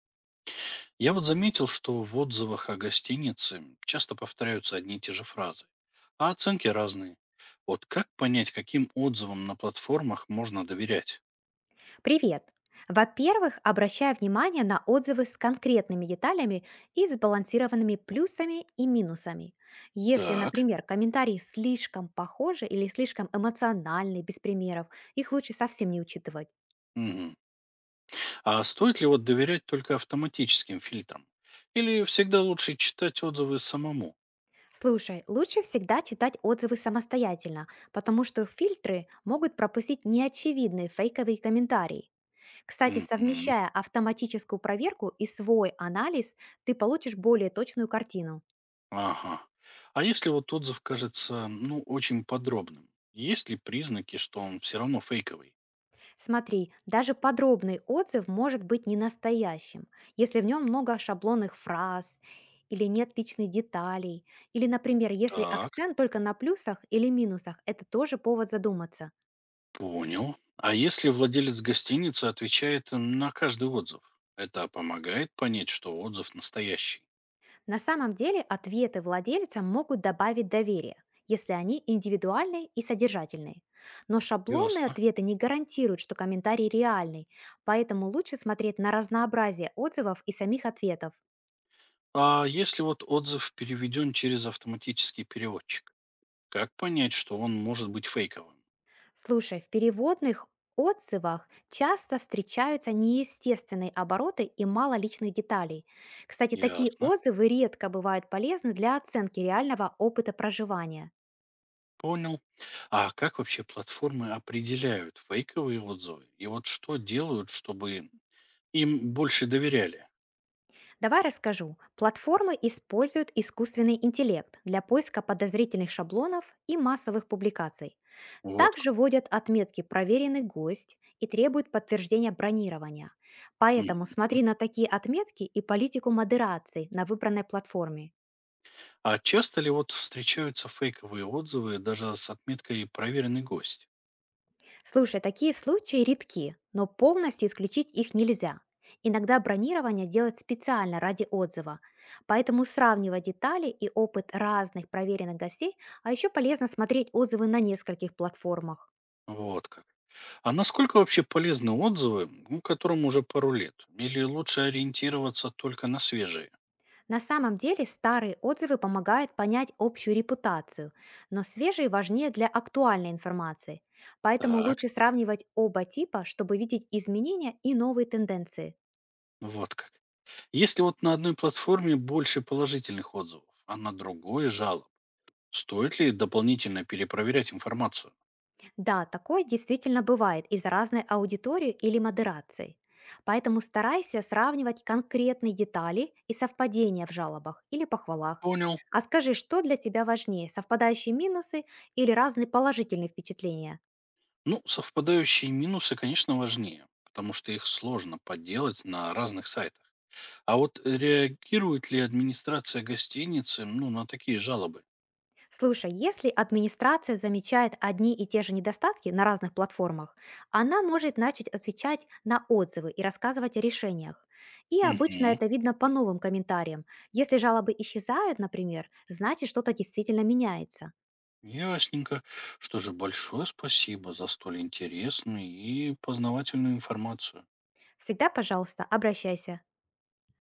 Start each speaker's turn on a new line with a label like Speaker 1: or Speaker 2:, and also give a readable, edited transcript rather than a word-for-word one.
Speaker 1: Я вот заметил, что в отзывах о гостинице часто повторяются одни и те же фразы, а оценки разные. Вот как понять, каким отзывам на платформах можно доверять?
Speaker 2: Привет! Во-первых, обращай внимание на отзывы с конкретными деталями и сбалансированными плюсами и минусами. Если,
Speaker 1: Так.
Speaker 2: например, комментарии слишком похожи или слишком эмоциональны, без примеров, их лучше совсем не учитывать.
Speaker 1: Мгм. А стоит ли вот доверять только автоматическим фильтрам? Или всегда лучше читать отзывы самому?
Speaker 2: Слушай, лучше всегда читать отзывы самостоятельно, потому что фильтры могут пропустить неочевидные фейковые комментарии. Кстати,
Speaker 1: Мгм.
Speaker 2: совмещая автоматическую проверку и свой анализ, ты получишь более точную картину.
Speaker 1: Ага. А если вот отзыв кажется, ну, очень подробным, есть ли признаки, что он все равно фейковый?
Speaker 2: Смотри, даже подробный отзыв может быть ненастоящим, если в нем много шаблонных фраз или нет личных деталей, или, например, если
Speaker 1: Так.
Speaker 2: акцент только на плюсах или минусах, это тоже повод задуматься.
Speaker 1: Понял. А если владелец гостиницы отвечает на каждый отзыв? Это помогает понять, что отзыв настоящий.
Speaker 2: На самом деле ответы владельца могут добавить доверие, если они индивидуальные и содержательные. Но шаблонные
Speaker 1: Ясно.
Speaker 2: ответы не гарантируют, что комментарий реальный, поэтому лучше смотреть на разнообразие отзывов и самих ответов.
Speaker 1: А если вот отзыв переведен через автоматический переводчик, как понять, что он может быть фейковым?
Speaker 2: Слушай, в переводных отзывах часто встречаются неестественные обороты и мало личных деталей. Кстати, такие
Speaker 1: Ясно.
Speaker 2: отзывы редко бывают полезны для оценки реального опыта проживания.
Speaker 1: Понял. А как вообще платформы определяют фейковые отзывы? И вот что делают, чтобы им больше доверяли?
Speaker 2: Давай расскажу. Платформы используют искусственный интеллект для поиска подозрительных шаблонов и массовых публикаций.
Speaker 1: Вот как.
Speaker 2: Также вводят отметки «проверенный гость» и требуют подтверждения бронирования. Поэтому
Speaker 1: М.
Speaker 2: смотри на такие отметки и политику модерации на выбранной платформе.
Speaker 1: А часто ли вот встречаются фейковые отзывы даже с отметкой «проверенный гость»?
Speaker 2: Слушай, такие случаи редки, но полностью исключить их нельзя. Иногда бронирование делают специально ради отзыва, поэтому сравнивать детали и опыт разных проверенных гостей, а еще полезно смотреть отзывы на нескольких платформах.
Speaker 1: Вот как. А насколько вообще полезны отзывы, ну, которым уже пару лет? Или лучше ориентироваться только на свежие?
Speaker 2: На самом деле старые отзывы помогают понять общую репутацию, но свежие важнее для актуальной информации, поэтому
Speaker 1: Так,
Speaker 2: лучше сравнивать оба типа, чтобы видеть изменения и новые тенденции.
Speaker 1: вот как. Если вот на одной платформе больше положительных отзывов, а на другой жалоб, стоит ли дополнительно перепроверять информацию?
Speaker 2: Да, такое действительно бывает из разной аудитории или модерации. Поэтому старайся сравнивать конкретные детали и совпадения в жалобах или похвалах.
Speaker 1: Понял.
Speaker 2: А скажи, что для тебя важнее, совпадающие минусы или разные положительные впечатления?
Speaker 1: Ну, совпадающие минусы, конечно, важнее, потому что их сложно подделать на разных сайтах. А вот реагирует ли администрация гостиницы, ну, на такие жалобы?
Speaker 2: Слушай, если администрация замечает одни и те же недостатки на разных платформах, она может начать отвечать на отзывы и рассказывать о решениях. И обычно
Speaker 1: Мгм.
Speaker 2: это видно по новым комментариям. Если жалобы исчезают, например, значит что-то действительно меняется.
Speaker 1: Ясненько. Что же, большое спасибо за столь интересную и познавательную информацию.
Speaker 2: Всегда, пожалуйста, обращайся.